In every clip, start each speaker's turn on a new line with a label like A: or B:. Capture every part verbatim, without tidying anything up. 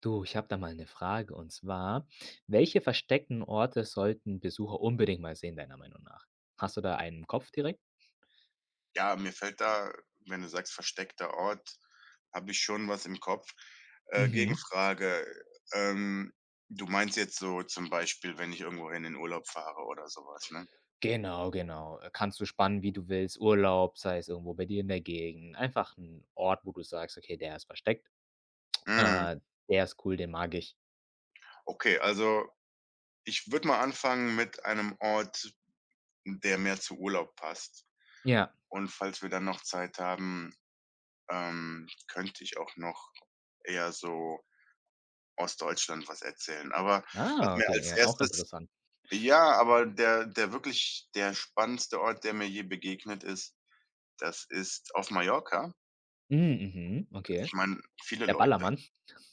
A: Du, ich habe da mal eine Frage, und zwar welche versteckten Orte sollten Besucher unbedingt mal sehen, deiner Meinung nach? Hast du da einen im Kopf direkt?
B: Ja, mir fällt da, wenn du sagst, versteckter Ort, habe ich schon was im Kopf. Äh,
A: Mhm.
B: Gegenfrage, ähm, du meinst jetzt so zum Beispiel, wenn ich irgendwohin in Urlaub fahre oder sowas, ne?
A: Genau, genau. Äh, kannst du spannen, wie du willst, Urlaub, sei es irgendwo bei dir in der Gegend. Einfach ein Ort, wo du sagst: „Okay, der ist versteckt.
B: Mhm.
A: Äh, der ist cool, den mag ich.“
B: Okay, also ich würde mal anfangen mit einem Ort, der mehr zu Urlaub passt.
A: Ja.
B: Und falls wir dann noch Zeit haben, ähm, könnte ich auch noch eher so aus Deutschland was erzählen. Aber was
A: Ah,
B: mir
A: okay,
B: als
A: ja, auch
B: erstes
A: interessant.
B: Ja, aber der der wirklich der spannendste Ort, der mir je begegnet ist, das ist auf Mallorca.
A: Hm, mhm, okay.
B: Ich meine, viele
A: Der
B: Leute
A: Ballermann?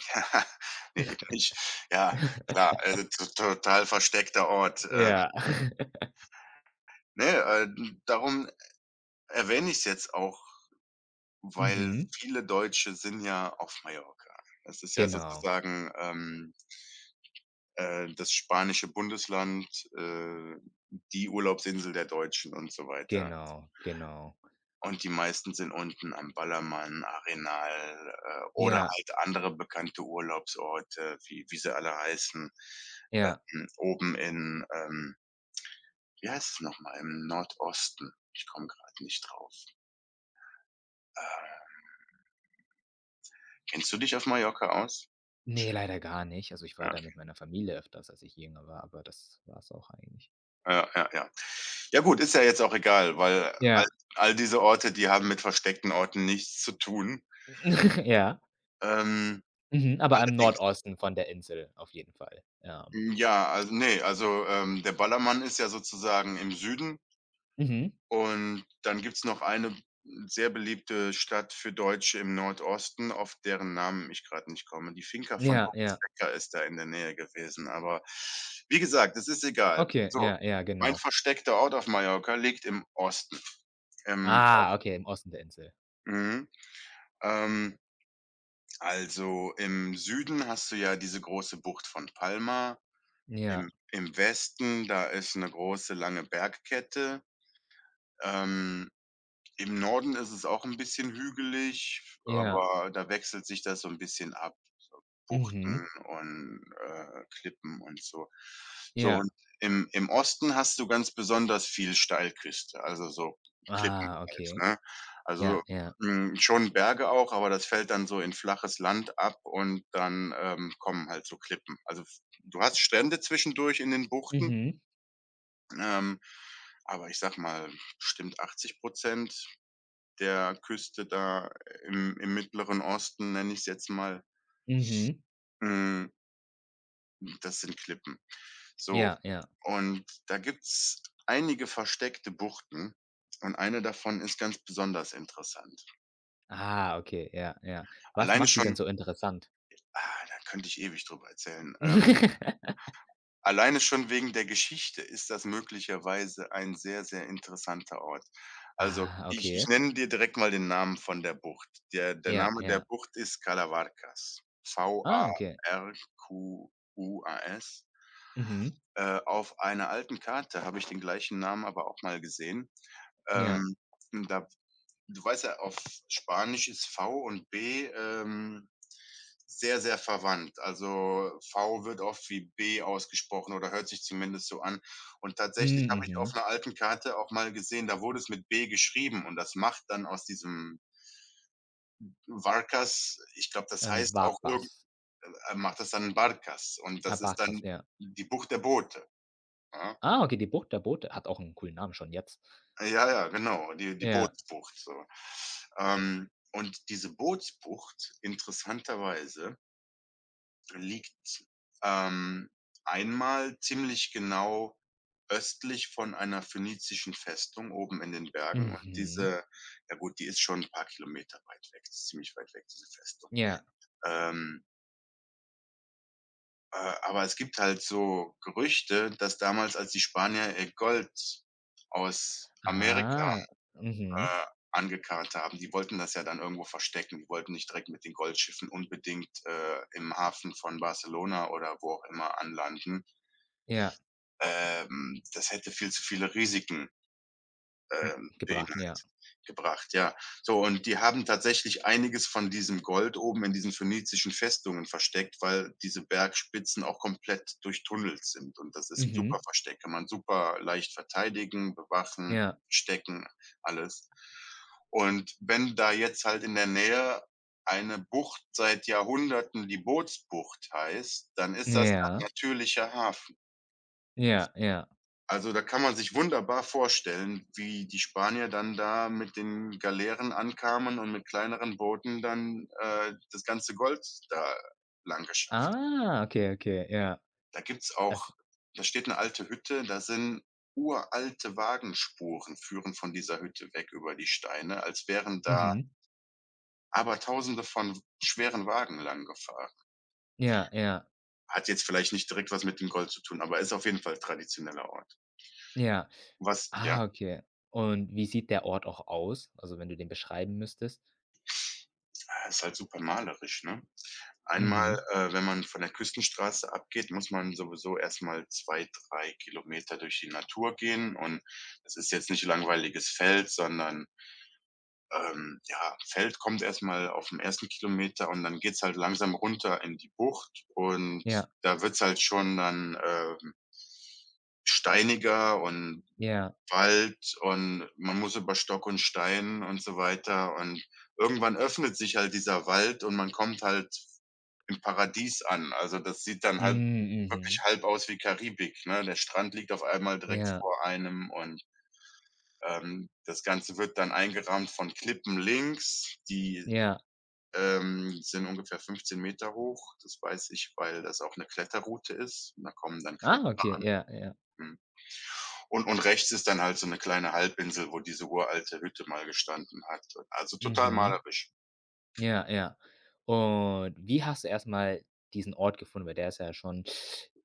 B: ne, eben nicht. Ja, klar, also to total versteckter Ort. Ähm,
A: Ja.
B: ne, äh, darum erwähne ich es jetzt auch, weil
A: Mhm.
B: viele Deutsche sind ja auf Mallorca. Das ist ja
A: Genau,
B: sozusagen, ähm, äh, das spanische Bundesland, äh, die Urlaubsinsel der Deutschen und so weiter.
A: genau, genau.
B: Und die meisten sind unten am Ballermann, Arenal, äh, oder
A: Ja,
B: halt andere bekannte Urlaubsorte, wie wie sie alle heißen,
A: ja.
B: ähm, oben in, ähm wie heißt es noch mal? Im Nordosten. Ich komme grad nicht drauf. Kennst du dich auf Mallorca aus?
A: Ne, leider gar nicht. Also, ich war
B: Ja,
A: da mit meiner Familie öfters, als ich jünger war, aber das war es auch eigentlich.
B: ja, ja, ja. Ja gut, ist ja jetzt auch egal, weil all
A: Ja,
B: all diese Orte, die haben mit versteckten Orten nichts zu tun.
A: ja.
B: Ähm,
A: Mhm, aber im
B: allerdings
A: Nordosten von der Insel auf jeden Fall. Ähm,
B: ja, also, ne, also, ähm, der Ballermann ist ja sozusagen im Süden.
A: mhm.
B: Und dann gibt's noch eine sehr beliebte Stadt für Deutsche im Nordosten, auf deren Namen ich grad nicht komme. Die Finca von
A: Ja,
B: Boris
A: ja.
B: Becker ist da in der Nähe gewesen, aber wie gesagt, das ist egal.
A: Okay,
B: So,
A: ja, ja,
B: mein
A: genau.
B: versteckter Ort auf Mallorca liegt im Osten. Im
A: Ah, okay, im Osten der Insel.
B: mhm, ähm, also im Süden hast du ja diese große Bucht von Palma. Im
A: Ja,
B: im Westen, da ist 'ne große lange Bergkette. Ähm, Im Norden ist es auch 'n bisschen hügelig,
A: ja.
B: aber da wechselt sich das so 'n bisschen ab, so
A: Mhm.
B: Buchten und, äh, Klippen und so. So
A: Ja.
B: und im im Osten hast du ganz besonders viel Steilküste, also so Klippen
A: Ah,
B: halt,
A: okay.
B: ne? Also,
A: Ja, ja.
B: hm, schon Berge auch, aber das fällt dann so in flaches Land ab und dann, ähm, kommen halt so Klippen. Also f Du hast Strände zwischendurch in den Buchten,
A: Mhm,
B: ähm, aber ich sage mal, bestimmt achtzig Prozent der Küste da im im Mittleren Osten, nenne ich es jetzt mal,
A: mhm.
B: hm, das sind Klippen. So,
A: Ja, ja.
B: und da gibt's einige versteckte Buchten und eine davon ist ganz besonders interessant.
A: Ah, okay, ja, ja. Was
B: Alleine
A: macht die denn
B: schon
A: so interessant?
B: ah, da könnte ich ewig drüber erzählen. Ähm Alleine schon wegen der Geschichte ist das möglicherweise ein sehr, sehr interessanter Ort. Also,
A: Ah,
B: ich ich
A: okay.
B: nenne dir direkt mal den Namen von der Bucht. Der der
A: Ja,
B: Name der
A: ja.
B: Bucht ist Calavarcas.
A: Ah, okay.
B: V A R Q U A S.
A: Mhm.
B: Äh, auf einer alten Karte habe ich den gleichen Namen aber auch mal gesehen.
A: Ja.
B: Ähm, da Du weißt ja, auf Spanisch ist V und B, ähm, sehr, sehr verwandt. Also, V wird oft wie B ausgesprochen oder hört sich zumindest so an. Und
A: Mhm,
B: tatsächlich habe ich auf
A: mhm.
B: einer alten Karte auch mal gesehen, da wurde es mit B geschrieben und das macht dann aus diesem Varkas ich glaube, das
A: Ähm,
B: heißt auch irgend
A: Wappas.
B: äh, macht das dann Barkas und das ist
A: Abakras,
B: dann
A: ja.
B: die Bucht der Boote, ja?
A: Ah, okay, die Bucht der Boote hat auch einen coolen Namen schon jetzt.
B: Ja, ja, genau, die die
A: Ja.
B: Bootsbucht so. Ähm, und diese Bootsbucht, interessanterweise liegt, ähm, einmal ziemlich genau östlich von einer phönizischen Festung oben in den Bergen. Und
A: Mhm.
B: diese Ja gut, die ist schon ein paar Kilometer weit weg, ist ziemlich weit weg, diese Festung.
A: Ja.
B: Ähm, äh, aber es gibt halt so Gerüchte, dass damals, als die Spanier ihr Gold aus Amerika,
A: Ah. Mhm.
B: äh, angekarrt haben. Die wollten das ja dann irgendwo verstecken. Die wollten nicht direkt mit den Goldschiffen unbedingt, äh, im Hafen von Barcelona oder wo auch immer anlanden.
A: Ja.
B: Ähm, das hätte viel zu viele Risiken,
A: Hm,
B: ähm,
A: gebracht, ja.
B: beinhalt gebracht, ja. So, und die haben tatsächlich einiges von diesem Gold oben in diesen phönizischen Festungen versteckt, weil diese Bergspitzen auch komplett durchtunnelt sind und das ist 'n super
A: Mhm.
B: Versteck, kann man super leicht verteidigen, bewachen,
A: Ja.
B: stecken, alles. Und wenn da jetzt halt in der Nähe eine Bucht seit Jahrhunderten die Bootsbucht heißt, dann ist das ja 'n
A: Ja.
B: natürlicher Hafen.
A: Ja, ja.
B: Also, da kann man sich wunderbar vorstellen, wie die Spanier dann da mit den Galeeren ankamen und mit kleineren Booten dann, äh, das ganze Gold da lang geschafft.
A: Ah, okay, okay, ja.
B: Da gibt's
A: Es
B: auch Da steht eine alte Hütte, da sind uralte Wagenspuren führen von dieser Hütte weg über die Steine, als wären da
A: mhm.
B: Abertausende von schweren Wagen lang gefahren.
A: Ja, ja,
B: Hat jetzt vielleicht nicht direkt was mit dem Gold zu tun, aber ist auf jeden Fall traditioneller Ort.
A: ja.
B: Was ja,
A: Ah, okay. Und wie sieht der Ort auch aus? Also, wenn du den beschreiben müsstest?
B: ist halt super malerisch, ne? Einmal,
A: Mhm.
B: äh, wenn man von der Küstenstraße abgeht, muss man sowieso erst mal zwei, drei Kilometer durch die Natur gehen, und das ist jetzt nicht langweiliges Feld, sondern, ähm, ja, Feld kommt erst mal dem ersten Kilometer und dann geht's halt langsam runter in die Bucht und
A: Ja,
B: da wird's halt schon dann, ähm, steiniger und
A: ja.
B: Wald und man muss über Stock und Stein und so weiter und irgendwann öffnet sich halt dieser Wald und man kommt halt im Paradies an. Also, das sieht dann halb
A: Mhm,
B: wirklich
A: mhm.
B: halb aus wie Karibik, ne? Der Strand liegt auf einmal direkt
A: Ja,
B: vor einem und, ähm, das Ganze wird dann eingerahmt von Klippen links, die,
A: ja.
B: ähm, sind ungefähr fünfzehn Meter hoch. Das weiß ich, weil das auch 'ne Kletterroute ist und da kommen dann Klett
A: Ah, okay, ja, ja.
B: mhm. Und und rechts ist dann halt so 'ne kleine Halbinsel, wo diese uralte Hütte mal gestanden hat. Also, total
A: Mhm.
B: malerisch.
A: Ja, ja. Und wie hast du erst mal diesen Ort gefunden? Weil der ist ja schon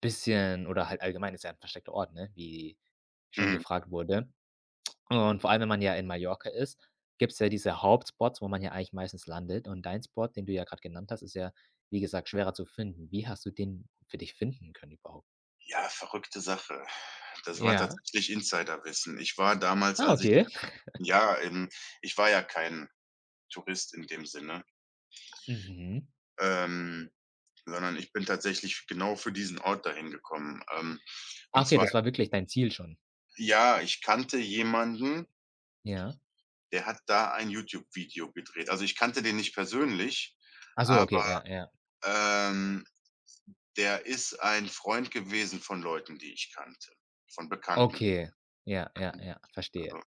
A: bisschen, oder halt allgemein ist ja ein versteckter Ort, ne, wie schon
B: Mhm.
A: gefragt wurde. Und vor allem, wenn man ja in Mallorca ist, gibt's ja diese Hauptspots, wo man ja eigentlich meistens landet. Und dein Spot, den du ja gerade genannt hast, ist ja, wie gesagt, schwerer zu finden. Wie hast du den für dich finden können überhaupt?
B: Ja, verrückte Sache. Das war
A: Ja.
B: tatsächlich Insiderwissen. Ich war damals,
A: Ah,
B: als ich
A: okay.
B: Ja, ähm, ich war ja kein Tourist in dem Sinne,
A: Mhm.
B: ähm, sondern ich bin tatsächlich genau für diesen Ort dahin gekommen. Ähm,
A: Ah,
B: und
A: okay,
B: zwar,
A: das war wirklich dein Ziel schon.
B: ja, ich kannte jemanden,
A: Ja.
B: der hat da ein YouTube-Video gedreht. Also, ich kannte den nicht persönlich,
A: Ach so,
B: aber,
A: okay, ja, ja.
B: ähm, der ist ein Freund gewesen von Leuten, die ich kannte, von Bekannten,
A: Okay. Ja, ja, ja, verstehe.
B: also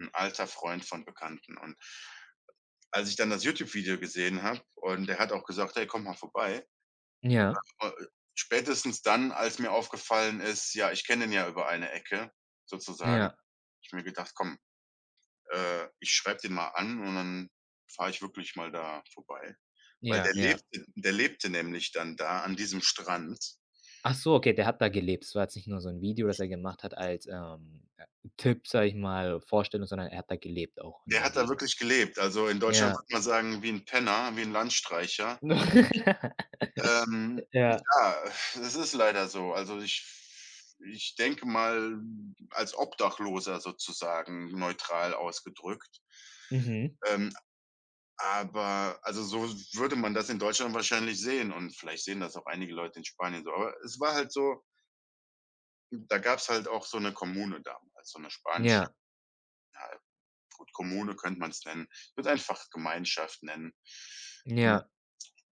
B: ein alter Freund von Bekannten. Und als ich dann das YouTube-Video gesehen habe und der hat auch gesagt: „Hey, komm mal vorbei."
A: Ja,
B: Äh, spätestens dann, als mir aufgefallen ist, ja, ich kenne den ja über eine Ecke sozusagen, habe
A: ja,
B: ich mir gedacht: „Komm, äh, ich schreibe den mal an und dann fahre ich wirklich mal da vorbei." Weil der
A: ja, ja.
B: lebte der lebte nämlich dann da an diesem Strand.
A: Ach so, okay, der hat da gelebt. Es war jetzt nicht nur so 'n Video, das er gemacht hat als, ähm, äh, Tipp, sage ich mal, Vorstellung, sondern er hat da gelebt auch in
B: Der
A: der
B: hat da
A: Gegend.
B: wirklich gelebt. Also, in Deutschland
A: Ja.
B: würde man sagen, wie 'n Penner, wie 'n Landstreicher. Ähm,
A: Ja.
B: ja, das ist leider so. Also, ich ich denke mal, als Obdachloser sozusagen neutral ausgedrückt.
A: Mhm.
B: Ähm Aber also, so würde man das in Deutschland wahrscheinlich sehen und vielleicht sehen das auch einige Leute in Spanien so. Aber es war halt so, da gab's halt auch so 'ne Kommune damals, so 'ne spanische
A: Ja,
B: ja gut, Kommune könnte man's nennen. Ich würde einfach Gemeinschaft nennen. Hm,
A: ja,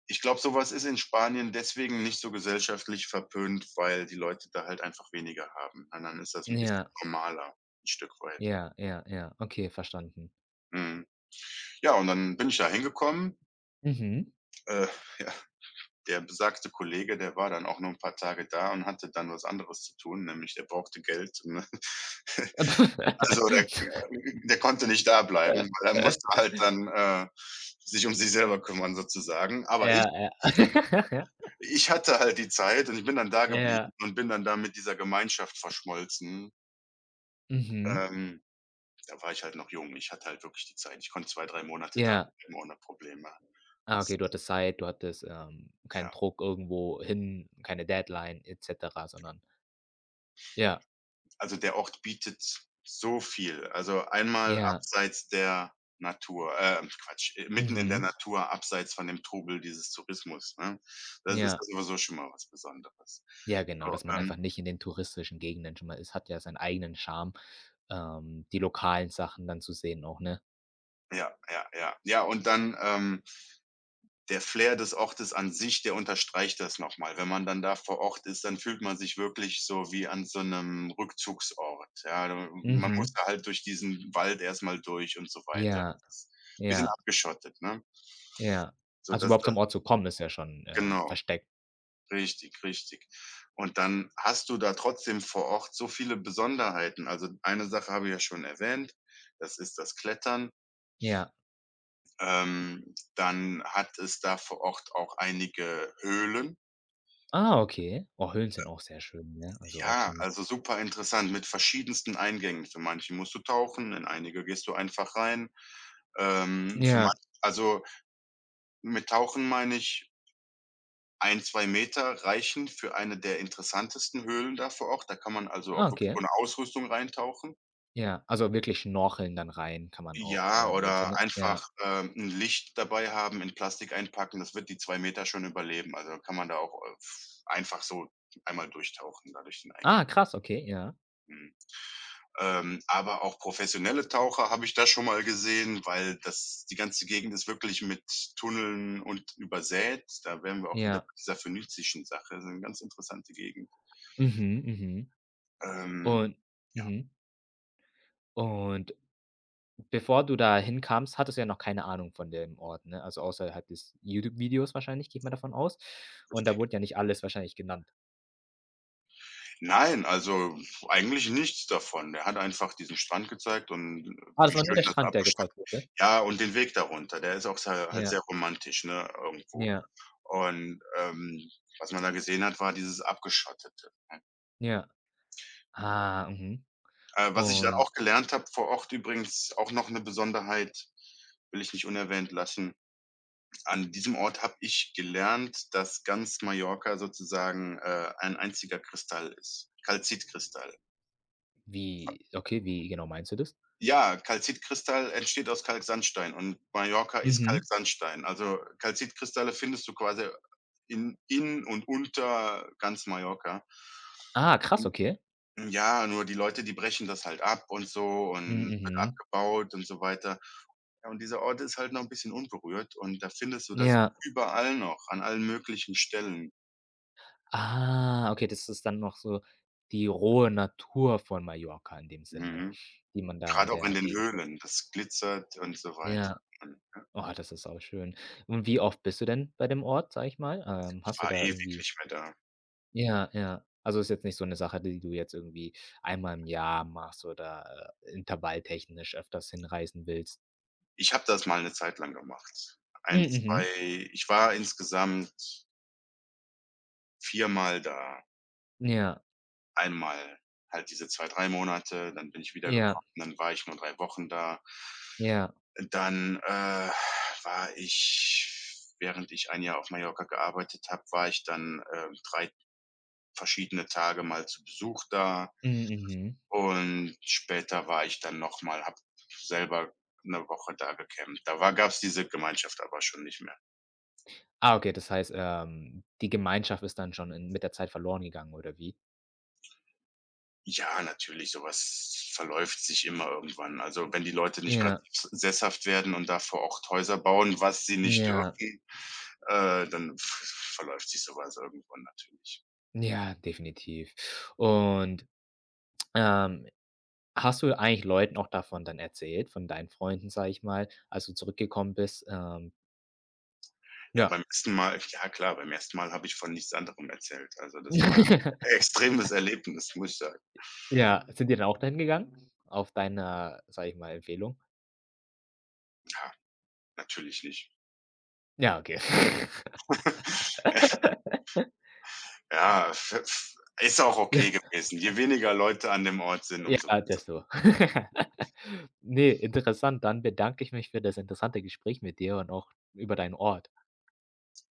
B: ich glaube, so was ist in Spanien deswegen nicht so gesellschaftlich verpönt, weil die Leute da halt einfach weniger haben. Und dann ist das 'n bisschen
A: ja,
B: formaler, 'n Stück weit.
A: ja, ja, ja. Okay, verstanden.
B: Mhm. Ja, und dann bin ich da hingekommen.
A: Mhm.
B: Äh, ja. Der besagte Kollege, der war dann auch nur 'n paar Tage da und hatte dann was anderes zu tun, nämlich der brauchte Geld, ne? Also, der der konnte nicht da bleiben, weil er musste halt dann, äh, sich um sich selber kümmern sozusagen. Aber ich
A: Ja, ja.
B: ich hatte halt die Zeit und ich bin dann da geblieben
A: Ja.
B: und bin dann da mit dieser Gemeinschaft verschmolzen.
A: Mhm.
B: Ähm, da war ich halt noch jung. Ich hatte halt wirklich die Zeit. Ich konnte zwei, drei Monate da
A: Ja.
B: bleiben ohne Probleme.
A: Ah, okay, du hattest Zeit, du hattest, ähm, keinen
B: Ja.
A: Druck irgendwo hin, keine Deadline et cetera, sondern ja,
B: Also, der Ort bietet so viel. Also, einmal
A: ja,
B: abseits der Natur, ähm, Quatsch, äh, mitten in der
A: mhm,
B: Natur, abseits von dem Trubel dieses Tourismus, ne? Das ist
A: ja.
B: ja sowieso schon mal was Besonderes.
A: Ja, genau,
B: So,
A: dass man
B: ähm,
A: einfach nicht in den touristischen Gegenden schon mal ist, hat ja seinen eigenen Charme, ähm, die lokalen Sachen dann zu sehen auch, ne?
B: ja, ja, ja. Ja, und dann, ähm, der Flair des Ortes an sich, der unterstreicht das nochmal. Wenn man dann da vor Ort ist, dann fühlt man sich wirklich so wie an so 'nem Rückzugsort. Ja, da man muss
A: Mhm.
B: da halt durch diesen Wald erst mal durch und so weiter.
A: Ja,
B: Bisschen
A: ja,
B: abgeschottet, ne?
A: ja.
B: So
A: Also,
B: dass
A: überhaupt zum
B: das
A: Ort zu kommen, ist ja schon, ähm,
B: Genau,
A: versteckt.
B: richtig, richtig. Und dann hast du da trotzdem vor Ort so viele Besonderheiten. Also, eine Sache habe ich ja schon erwähnt, das ist das Klettern.
A: Ja.
B: Ähm, dann hat es da vor Ort auch einige Höhlen.
A: Ah, okay. Oh, Höhlen sind auch sehr schön, ne? Also, auch so
B: Ja,
A: mit
B: also super interessant mit verschiedensten Eingängen. Für manche musst du tauchen, in einige gehst du einfach rein. Ähm, für
A: ja,
B: manche also, mit tauchen meine ich ein zwei Meter reichen für eine der interessantesten Höhlen da vor Ort. Da kann man also
A: ah,
B: auch wirklich
A: okay.
B: ohne Ausrüstung reintauchen.
A: Ja, also wirklich schnorcheln dann rein kann man auch,
B: Ja,
A: äh, in dem
B: oder
A: Sinne, ja.
B: einfach, ähm, 'n Licht dabei haben, in Plastik einpacken, das wird die zwei Meter schon überleben. Also, kann man da auch, äh, einfach so einmal durchtauchen da durch den Eingang.
A: Ah, krass, okay, ja.
B: Mhm. Ähm, aber auch professionelle Taucher habe ich da schon mal gesehen, weil das die ganze Gegend ist wirklich mit Tunneln und übersät. Da wären wir auch wieder
A: Ja.
B: bei dieser phönizischen Sache, so eine ganz interessante Gegend.
A: Mhm, mhm.
B: Ähm,
A: Und
B: ja,
A: mhm. Und bevor du da hinkamst, hattest du ja noch keine Ahnung von dem Ort, ne? Also außerhalb des YouTube-Videos wahrscheinlich, gehe ich mal davon aus. Und da
B: richtig.
A: wurde ja nicht alles wahrscheinlich genannt.
B: Nein, also eigentlich nichts davon. Der hat einfach diesen Strand gezeigt und äh,
A: Ah, das
B: wie
A: war nur
B: schön
A: der
B: das
A: Strand, der
B: abgeschnitten
A: gezeigt wurde?
B: ja, und den Weg da runter. Der ist auch sehr halt sehr
A: Ja,
B: romantisch, ne, irgendwo.
A: ja,
B: Und, ähm, was man da gesehen hat, war dieses Abgeschottete.
A: ja. Ah, mhm.
B: Äh, was ich dann
A: Und
B: auch gelernt habe vor Ort übrigens, auch noch eine Besonderheit, will ich nicht unerwähnt lassen. An diesem Ort habe ich gelernt, dass ganz Mallorca sozusagen, äh, ein einziger Kristall ist, Kalzitkristall.
A: wie okay, wie genau meinst du das?
B: Ja, Calcitkristall entsteht aus Kalksandstein und Mallorca ist
A: Mhm.
B: Kalksandstein. Also, Calcitkristalle findest du quasi in in und unter ganz Mallorca.
A: Ah, krass, okay.
B: Hm, ja, nur die Leute, die brechen das halt ab und so
A: Mhm,
B: und wird
A: mhm.
B: abgebaut und so weiter. Ja, und dieser Ort ist halt noch 'n bisschen unberührt und da findest du das
A: Ja.
B: überall noch, an allen möglichen Stellen.
A: Ah, okay, das ist dann noch so die rohe Natur von Mallorca in dem Sinne,
B: Mhm.
A: die man da in
B: Grad auch in
A: der
B: den
A: Gegend sieht.
B: Höhlen, das glitzert und so weiter.
A: Ja.
B: Und
A: Oh, das ist auch schön. Und wie oft bist du denn bei dem Ort, sag ich mal? Ähm,
B: ich
A: hast du
B: war
A: da
B: ewig
A: irgendwie
B: nicht mehr da.
A: ja, ja. Also, ist jetzt nicht so eine Sache, die du jetzt irgendwie einmal im Jahr machst oder, äh, intervalltechnisch öfters hinreisen willst?
B: Ich habe das mal 'ne Zeit lang gemacht. Ein,
A: Hm, mhm.
B: zwei. Ich war insgesamt viermal da.
A: Ja,
B: Einmal halt diese zwei, drei Monate, dann bin ich
A: ja,
B: wiedergekommen, dann war ich nur drei Wochen da.
A: ja.
B: Dann, äh, war ich während ich ein Jahr auf Mallorca gearbeitet habe, war ich dann, äh, drei verschiedene Tage mal zu Besuch da
A: Hm, mhm.
B: und später war ich dann noch mal, habe selber 'ne Woche da gecampt. Da war gab's diese Gemeinschaft aber schon nicht mehr.
A: Ah, okay, das heißt, ähm, die Gemeinschaft ist dann schon in mit der Zeit verloren gegangen, oder wie?
B: Ja, natürlich. Sowas verläuft sich immer irgendwann. Also, wenn die Leute nicht gerade
A: Ja.
B: s sesshaft werden und da vor Ort Häuser bauen, was sie nicht
A: Ja,
B: dürfen, äh, dann v verläuft sich sowas irgendwann natürlich.
A: ja, definitiv. Und, ähm, hast du eigentlich Leuten auch davon dann erzählt, von deinen Freunden, sage ich mal, als du zurückgekommen bist? Ähm,
B: Ja,
A: ja.
B: beim ersten Mal ja klar, beim ersten Mal habe ich von nichts anderem erzählt. Also, das war ein extremes Erlebnis, muss ich sagen.
A: Ja, sind die dann auch dahin gegangen auf deine, sage ich mal, Empfehlung?
B: Ja, natürlich nicht.
A: Ja, okay.
B: Ja, f f ist auch okay gewesen. Je weniger Leute an dem Ort sind, umso
A: Ja, desto. Ne, interessant. Dann bedanke ich mich für das interessante Gespräch mit dir und auch über deinen Ort.